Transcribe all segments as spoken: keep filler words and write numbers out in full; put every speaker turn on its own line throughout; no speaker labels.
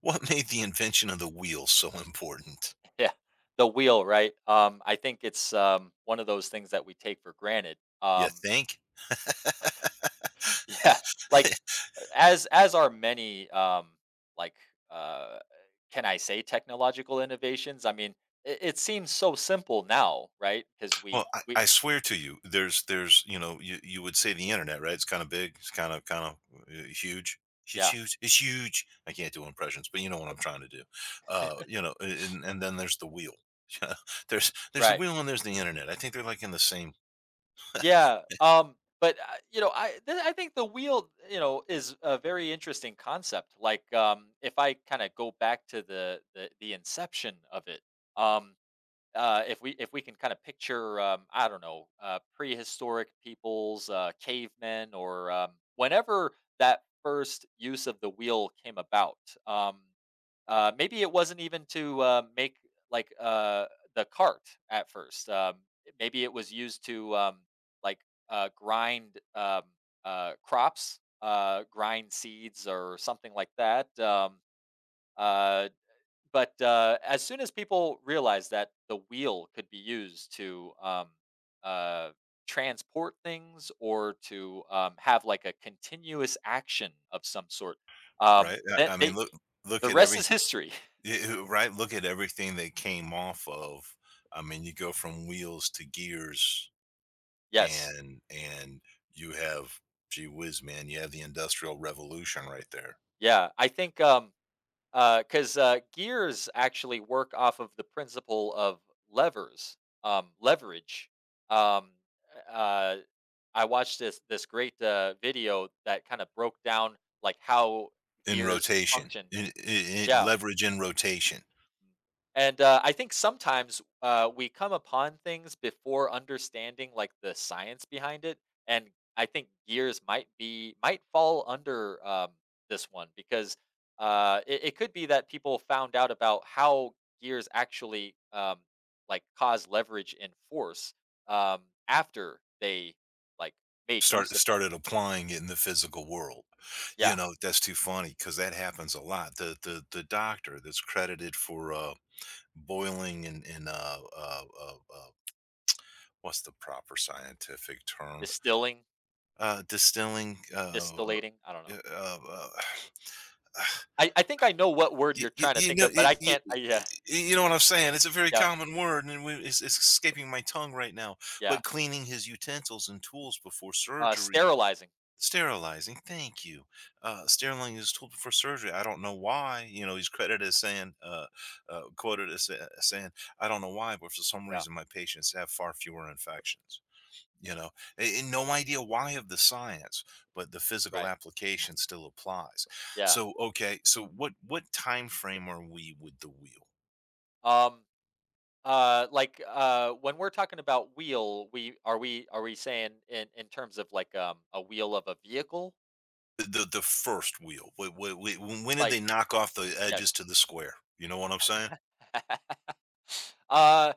What made the invention of the wheel so important?
Yeah, the wheel, right? Um, I think it's um, one of those things that we take for granted.
You
Um,
think?
yeah, like as as are many um, like uh, can I say technological innovations? I mean, it, it seems so simple now, right? Because
Well,
we
I,
we
I swear to you, there's, there's, you know, you, you would say the internet, right? It's kind of big. It's kind of, kind of uh, huge. It's
yeah,
huge. It's huge. I can't do impressions, but you know what I'm trying to do. Uh, you know, and, and then there's the wheel. Yeah, there's, there's the
right,
wheel and there's the internet. I think they're like in the same,
yeah. Um, but uh, you know, I th- I think the wheel, you know, is a very interesting concept. Like, um, if I kind of go back to the, the the inception of it. Um, uh, if we if we can kind of picture, um, I don't know, uh, prehistoric peoples, uh, cavemen, or um, whenever that first use of the wheel came about, um, uh, maybe it wasn't even to uh, make like uh, the cart at first. Um, it- maybe it was used to, um, like uh, grind, um, uh, crops, uh, grind seeds, or something like that. Um, uh, but uh, as soon as people realized that the wheel could be used to, um, uh, transport things or to um, have like a continuous action of some sort, um,
right? I,
that
I mean,
they—
look, look
the
at
rest is
everything,
history.
eh, eh, right? Look at everything they came off of. I mean, you go from wheels to gears
Yes,
and and you have gee whiz, man, you have the Industrial Revolution right there
yeah, I think, um, because uh, 'cause, uh, gears actually work off of the principle of levers, um, leverage. Um, uh, I watched this this great uh, video that kind of broke down like how
in
gears
rotation,
function.
in, in, in
Yeah,
leverage in rotation.
and uh, I think sometimes uh, we come upon things before understanding like the science behind it, and I think gears might be might fall under, um, this one because uh, it, it could be that people found out about how gears actually, um, like cause leverage and force, um, after they like made
Start
use of them.
started applying it in the physical world. You
Yeah,
know that's too funny because that happens a lot. The the the doctor that's credited for uh, boiling and and uh, uh, uh, uh, what's the proper scientific term?
distilling,
Uh, distilling. Uh,
distillating. I don't know.
uh, uh, uh,
I, I think I know what word
You,
you're
you,
trying to
you
think
know,
of, but
you,
I
you,
can't. I, yeah,
you know what I'm saying. It's a very
yeah,
common word, and we, it's, it's escaping my tongue right now.
yeah.
But cleaning his utensils and tools before
Uh,
surgery,
sterilizing.
sterilizing. Thank you. Uh, sterilizing his tool before surgery. I don't know why. You know, he's credited as saying, uh, uh, quoted as sa- saying, I don't know why, but for some
Yeah,
reason, my patients have far fewer infections. You know, A- and no idea why of the science, but the physical
right.
application still applies.
Yeah.
So, okay, so what what time frame are we with the wheel?
Um, uh, like, uh, when we're talking about wheel, we are we are we saying in in terms of like, um, a wheel of a vehicle?
The the first wheel. Wh- wh- wh- When did they
Like,
knock off the
yes.
edges to the square? You know what I'm saying?
Uh,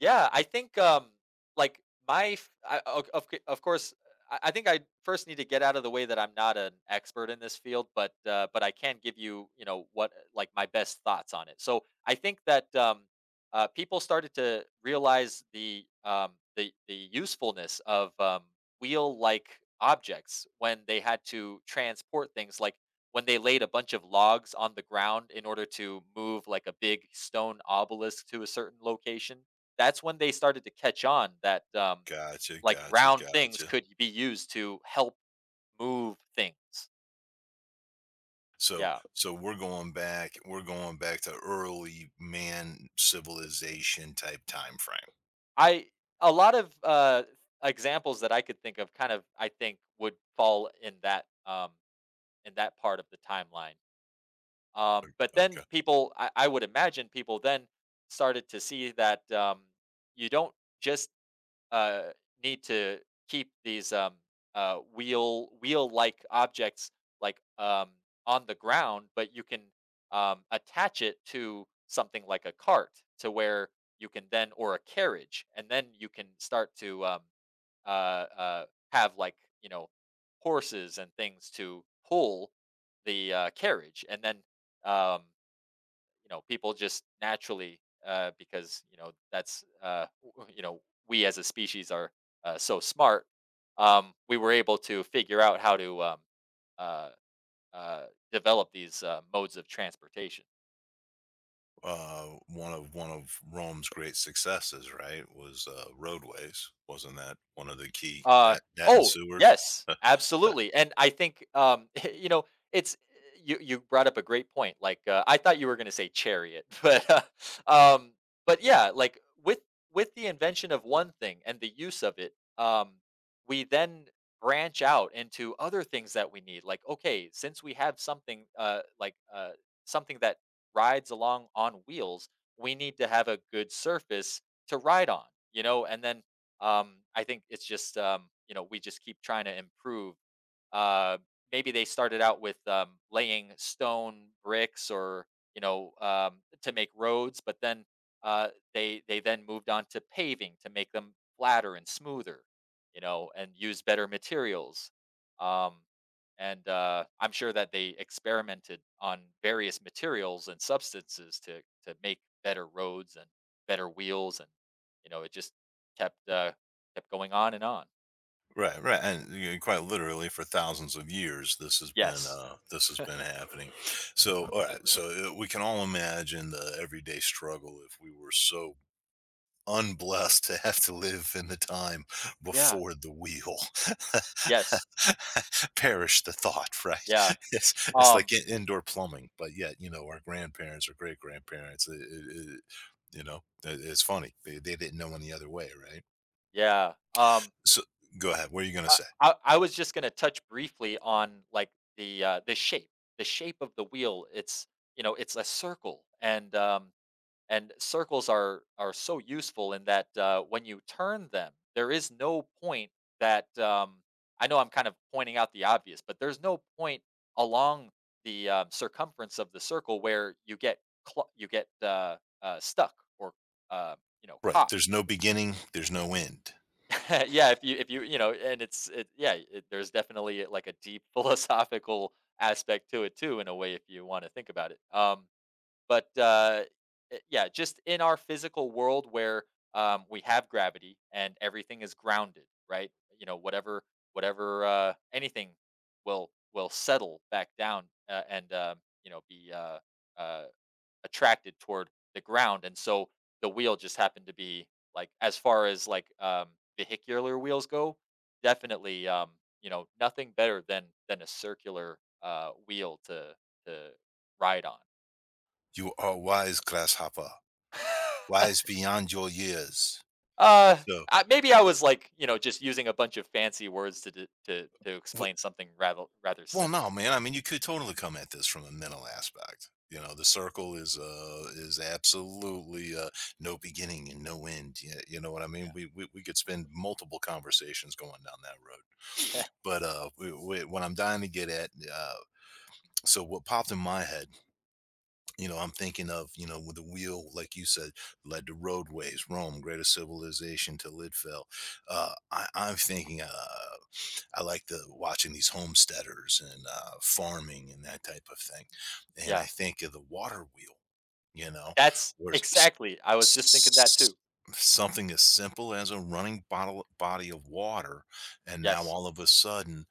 yeah, I think, um, like my, f- I, of, of c- of course, I, I think I first need to get out of the way that I'm not an expert in this field, but, uh, but I can give you, you know, what, like my best thoughts on it. So I think that, um, uh, people started to realize the, um, the, the usefulness of, um, wheel like objects when they had to transport things, like when they laid a bunch of logs on the ground in order to move like a big stone obelisk to a certain location. That's when they started to catch on that, um,
Gotcha,
like
gotcha,
round things
gotcha.
could be used to help move things.
So
Yeah,
so we're going back. We're going back to early man civilization type time frame.
I a lot of uh, examples that I could think of kind of I think would fall in that, um, in that part of the timeline. Um, but
Okay.
then people, I, I would imagine people then started to see that, um, you don't just, uh, need to keep these, um, uh, wheel wheel like objects, like um, on the ground, but you can, um, attach it to something like a cart, to where you can then— or a carriage, and then you can start to, um, uh, uh, have like, you know, horses and things to pull the uh, carriage, and then, um, you know, people just naturally, uh, because you know that's uh, w- you know, we as a species are, uh, so smart, um, we were able to figure out how to, um, uh, uh, develop these uh, modes of transportation.
uh one of one of Rome's great successes, right? Was uh roadways. Wasn't that one of the key
Uh,
that that and
oh,
sewers?
yes, absolutely. And I think, um, you know, it's— you you brought up a great point. Like uh, I thought you were going to say chariot, but uh, um, but yeah, like with with the invention of one thing and the use of it, um, we then branch out into other things that we need. Like, okay, since we have something, uh, like uh, something that rides along on wheels, we need to have a good surface to ride on. You know, and then, um, I think it's just, um, you know, we just keep trying to improve, uh, maybe they started out with, um, laying stone bricks or, you know, um, to make roads, but then, uh, they they then moved on to paving to make them flatter and smoother, you know, and use better materials. Um, and uh, I'm sure that they experimented on various materials and substances to to make better roads and better wheels, and you know, it just kept, uh, kept going on and on.
Right, right. And you know, quite literally for thousands of years this has been
Yes.
uh this has been happening. So all right, so uh, we can all imagine the everyday struggle if we were so unblessed to have to live in the time
Yeah.
before the wheel.
Yes.
Perish the thought, right?
Yeah.
It's it's
Um,
like in indoor plumbing, but yet, you know, our grandparents or great grandparents, it, it, it, you know, it, it's funny. They, they didn't know any other way, right?
yeah, um,
So go ahead. What are you going to
I
say?
I I was just gonna touch briefly on, like, the, uh, the shape the shape of the wheel. It's, you know, it's a circle, and, um, and circles are are so useful in that, uh, when you turn them, there is no point that, um, I know I'm kind of pointing out the obvious, but there's no point along the, um, circumference of the circle where you get— cl you get, uh, uh, stuck or, uh, you know,
Right.
caught.
There's no beginning, there's no end.
Yeah, if you if you, you know, and it's it, yeah, it, there's definitely like a deep philosophical aspect to it too, in a way, if you want to think about it. Um, but uh, i- Yeah, just in our physical world where, um, we have gravity and everything is grounded, right? You know, whatever whatever uh, anything will will settle back down, uh, and um, you know, be, uh, uh, attracted toward the ground, and so the wheel just happened to be, like, as far as, like, um, vehicular wheels go, definitely, um, you know, nothing better than than a circular, uh, wheel to to ride on.
You are wise, grasshopper, wise beyond your years.
Uh,
So,
I maybe I was, like, you know, just using a bunch of fancy words to d to to
wh-
explain something rather rather
Well,
simple.
no, man. I mean, you could totally come at this from a mental aspect. You know, the circle is uh is absolutely uh no beginning and no end. Yeah, you know what I mean? We we, we could spend multiple conversations going down that road.
Yeah.
But uh, we, we, what I'm dying to get at, uh, so what popped in my head you know, I'm thinking of, you know, with the wheel, like you said, led to roadways, Rome, greater civilization to Lidfell. Uh, I, I'm thinking, uh, I like the watching these homesteaders and uh, farming and that type of thing. And I
Yeah.
think of the water wheel, you know,
That's
where s-
exactly— I was just
s-
thinking that
s-
too.
something as simple as a running bottle, body of water. And now
Yes.
all of a sudden,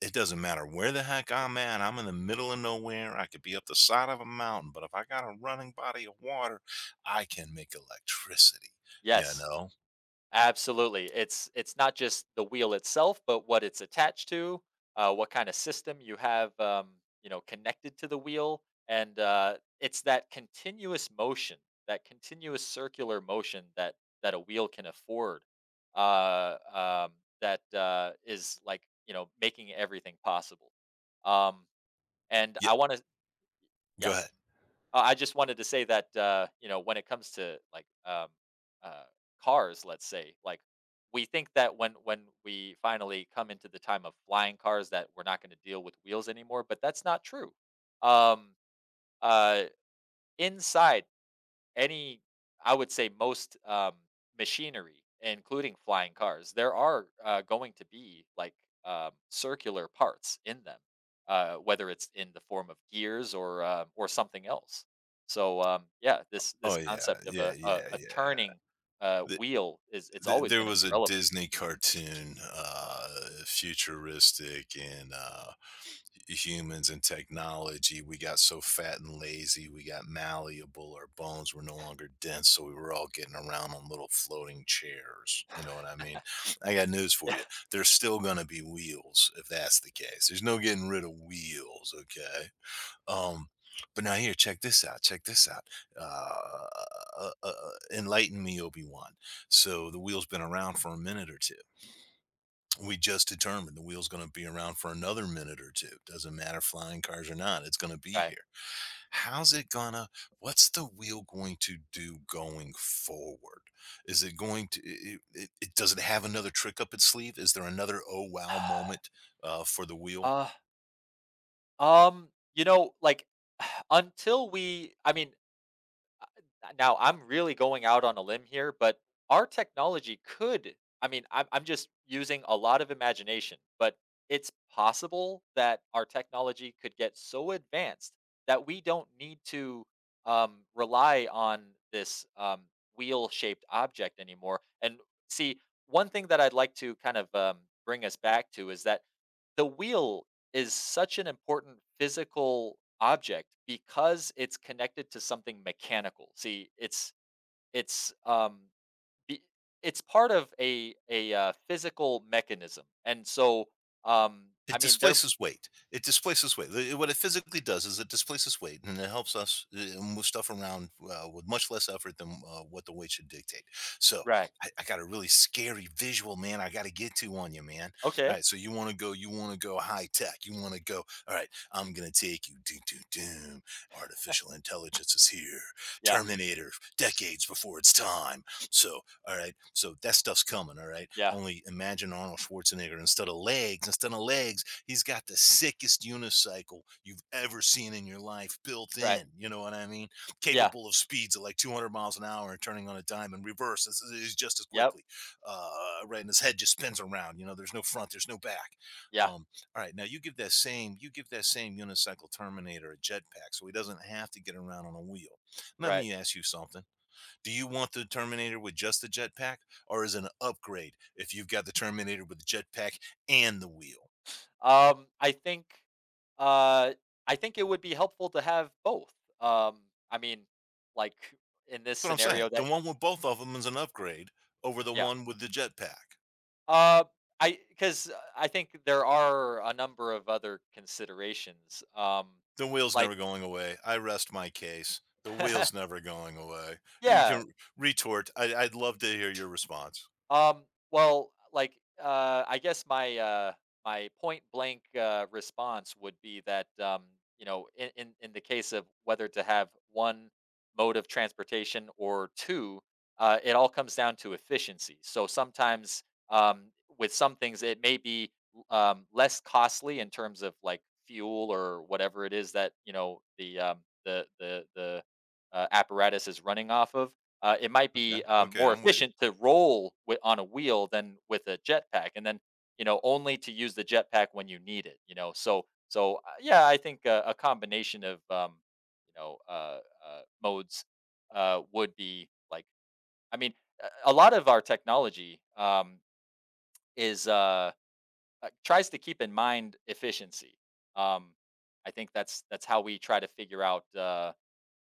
it doesn't matter where the heck I'm at, I'm in the middle of nowhere, I could be up the side of a mountain, but if I got a running body of water, I can make electricity, you
Yes.
know?
Absolutely. It's it's not just the wheel itself, but what it's attached to, uh, what kind of system you have, um, you know, connected to the wheel, and uh, it's that continuous motion, that continuous circular motion that that a wheel can afford, uh, um, that uh, is like, you know, making everything possible. Um, and
Yeah.
I want to— yeah.
Go ahead.
Uh, I just wanted to say that uh, you know, when it comes to, like, um, uh, cars, let's say, like, we think that when when we finally come into the time of flying cars, that we're not going to deal with wheels anymore, but that's not true. Um, uh, Inside any I would say most, um, machinery, including flying cars, there are, uh, going to be, like, um, circular parts in them, uh, whether it's in the form of gears or, uh, or something else. So, um, yeah, this
Oh,
this
yeah,
concept of
yeah,
a a
yeah,
a
yeah.
turning, uh,
The
wheel is— it's
the
always
there
gonna
was
be
a
relevant.
Disney cartoon, uh, futuristic and, uh humans and technology, we got so fat and lazy, we got malleable, our bones were no longer dense, so we were all getting around on little floating chairs. You know what I mean? I got news for
Yeah,
you. There's still gonna be wheels if that's the case. There's no getting rid of wheels, okay? Um but now here, check this out. Check this out. Uh, uh, uh, uh, Enlighten me, Obi Wan. So the wheel's been around for a minute or two. We just determined the wheel's going to be around for another minute or two. Doesn't matter flying cars or not, it's going to be
right.
here. How's it gonna? What's the wheel going to do going forward? Is it going to? It, it, it, does it have another trick up its sleeve? Is there another oh wow moment uh, for the wheel?
Uh, um, you know, like, until we— I mean, uh, now I'm really going out on a limb here, but our technology could— I mean, I'm I'm just using a lot of imagination, but it's possible that our technology could get so advanced that we don't need to, um, rely on this, um, wheel-shaped object anymore. And see, one thing that I'd like to kind of, um, bring us back to is that the wheel is such an important physical object because it's connected to something mechanical. See, it's it's um— be- it's part of a a uh, physical mechanism, and so, um,
It
I mean, they're
displaces weight. It displaces weight. The what it physically does is it displaces weight, and it helps us, uh, move stuff around, uh, with much less effort than, uh, what the weight should dictate. So,
right.
I I got a really scary visual, man, I gotta get to on you, man.
Okay.
Alright, so you wanna go you wanna go high tech. You wanna go, "Alright, I'm gonna take you doom, doom, doom. Artificial intelligence is here.
Yeah.
Terminator, decades before its time. So all right. So that stuff's coming. All right.
Yeah.
Only imagine Arnold Schwarzenegger instead of legs, instead of legs, he's got the sickest unicycle you've
Mm.
ever seen in your life built
Right.
in. You know what I mean?
Yeah.
Capable of speeds of like two hundred miles an hour and turning on a dime in reverse is, is just as
Yep.
quickly. Uh, right. And his head just spins around. You know, there's no front, there's no back.
Yeah.
Um, all right. Now you give that same, you give that same unicycle Terminator a jetpack so he doesn't have to get around on a wheel. Let
Right.
me ask you something. Do you want the Terminator with just the jetpack, or is it an upgrade if you've got the Terminator with the jetpack and the wheel?
Um, I think, uh I think it would be helpful to have both. Um, I mean, like, in this
That's What I'm saying,
scenario
the
that—
one with both of them is an upgrade over the
yeah.
one with the jetpack.
Uh, I— because I think there are a number of other considerations. Um,
The wheel's
like,
never going away. I rest my case. The wheel's never going away. You
yeah.
can retort. I, I'd love to hear your response.
Um, well, like, uh, I guess my, uh, my point blank uh, response would be that, um, you know, in, in in the case of whether to have one mode of transportation or two, uh, it all comes down to efficiency. So sometimes, um, with some things, it may be, um, less costly in terms of like fuel or whatever it is that, you know, the um, the the the uh, apparatus is running off of, uh, it might
Okay.
be, um,
Okay,
more
I'm with you.
efficient to roll with, on a wheel than with a jetpack, and then, you know, only to use the jetpack when you need it. You know, so so uh, yeah, I think uh, a combination of, um, you know, uh, uh, modes, uh, would be like— I mean, a a lot of our technology, um, is, uh, uh, tries to keep in mind efficiency. Um, I think that's that's how we try to figure out uh,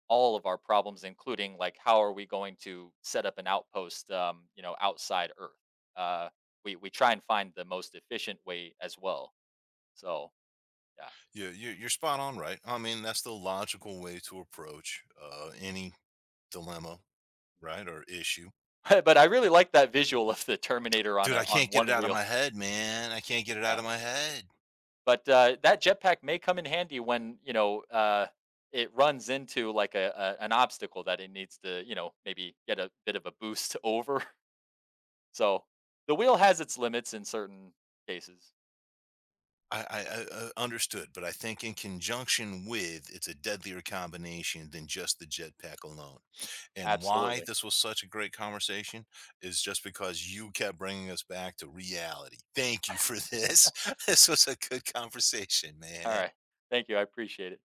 all of our problems, including like how are we going to set up an outpost, um, you know, outside Earth. Uh, we we try and find the most efficient way as well. So
You, you. You're spot on, right? I mean, that's the logical way to approach uh, any dilemma, right, or issue.
yeah, but I really like that visual of the Terminator on
Dude,
a—
I
on
can't get it
one
out of
wheel.
my head, man. I can't get it out
Yeah,
of my head.
but uh, that jetpack may come in handy when, you know, uh, it runs into like a, a an obstacle that it needs to, you know, maybe get a bit of a boost over. So the wheel has its limits in certain cases.
I I I I understood, but I think in conjunction with, it's a deadlier combination than just the jetpack alone. And why
Absolutely.
this was such a great conversation is just because you kept bringing us back to reality. Thank you for this. This was a good conversation,
All
man.
right. Thank you. I appreciate it.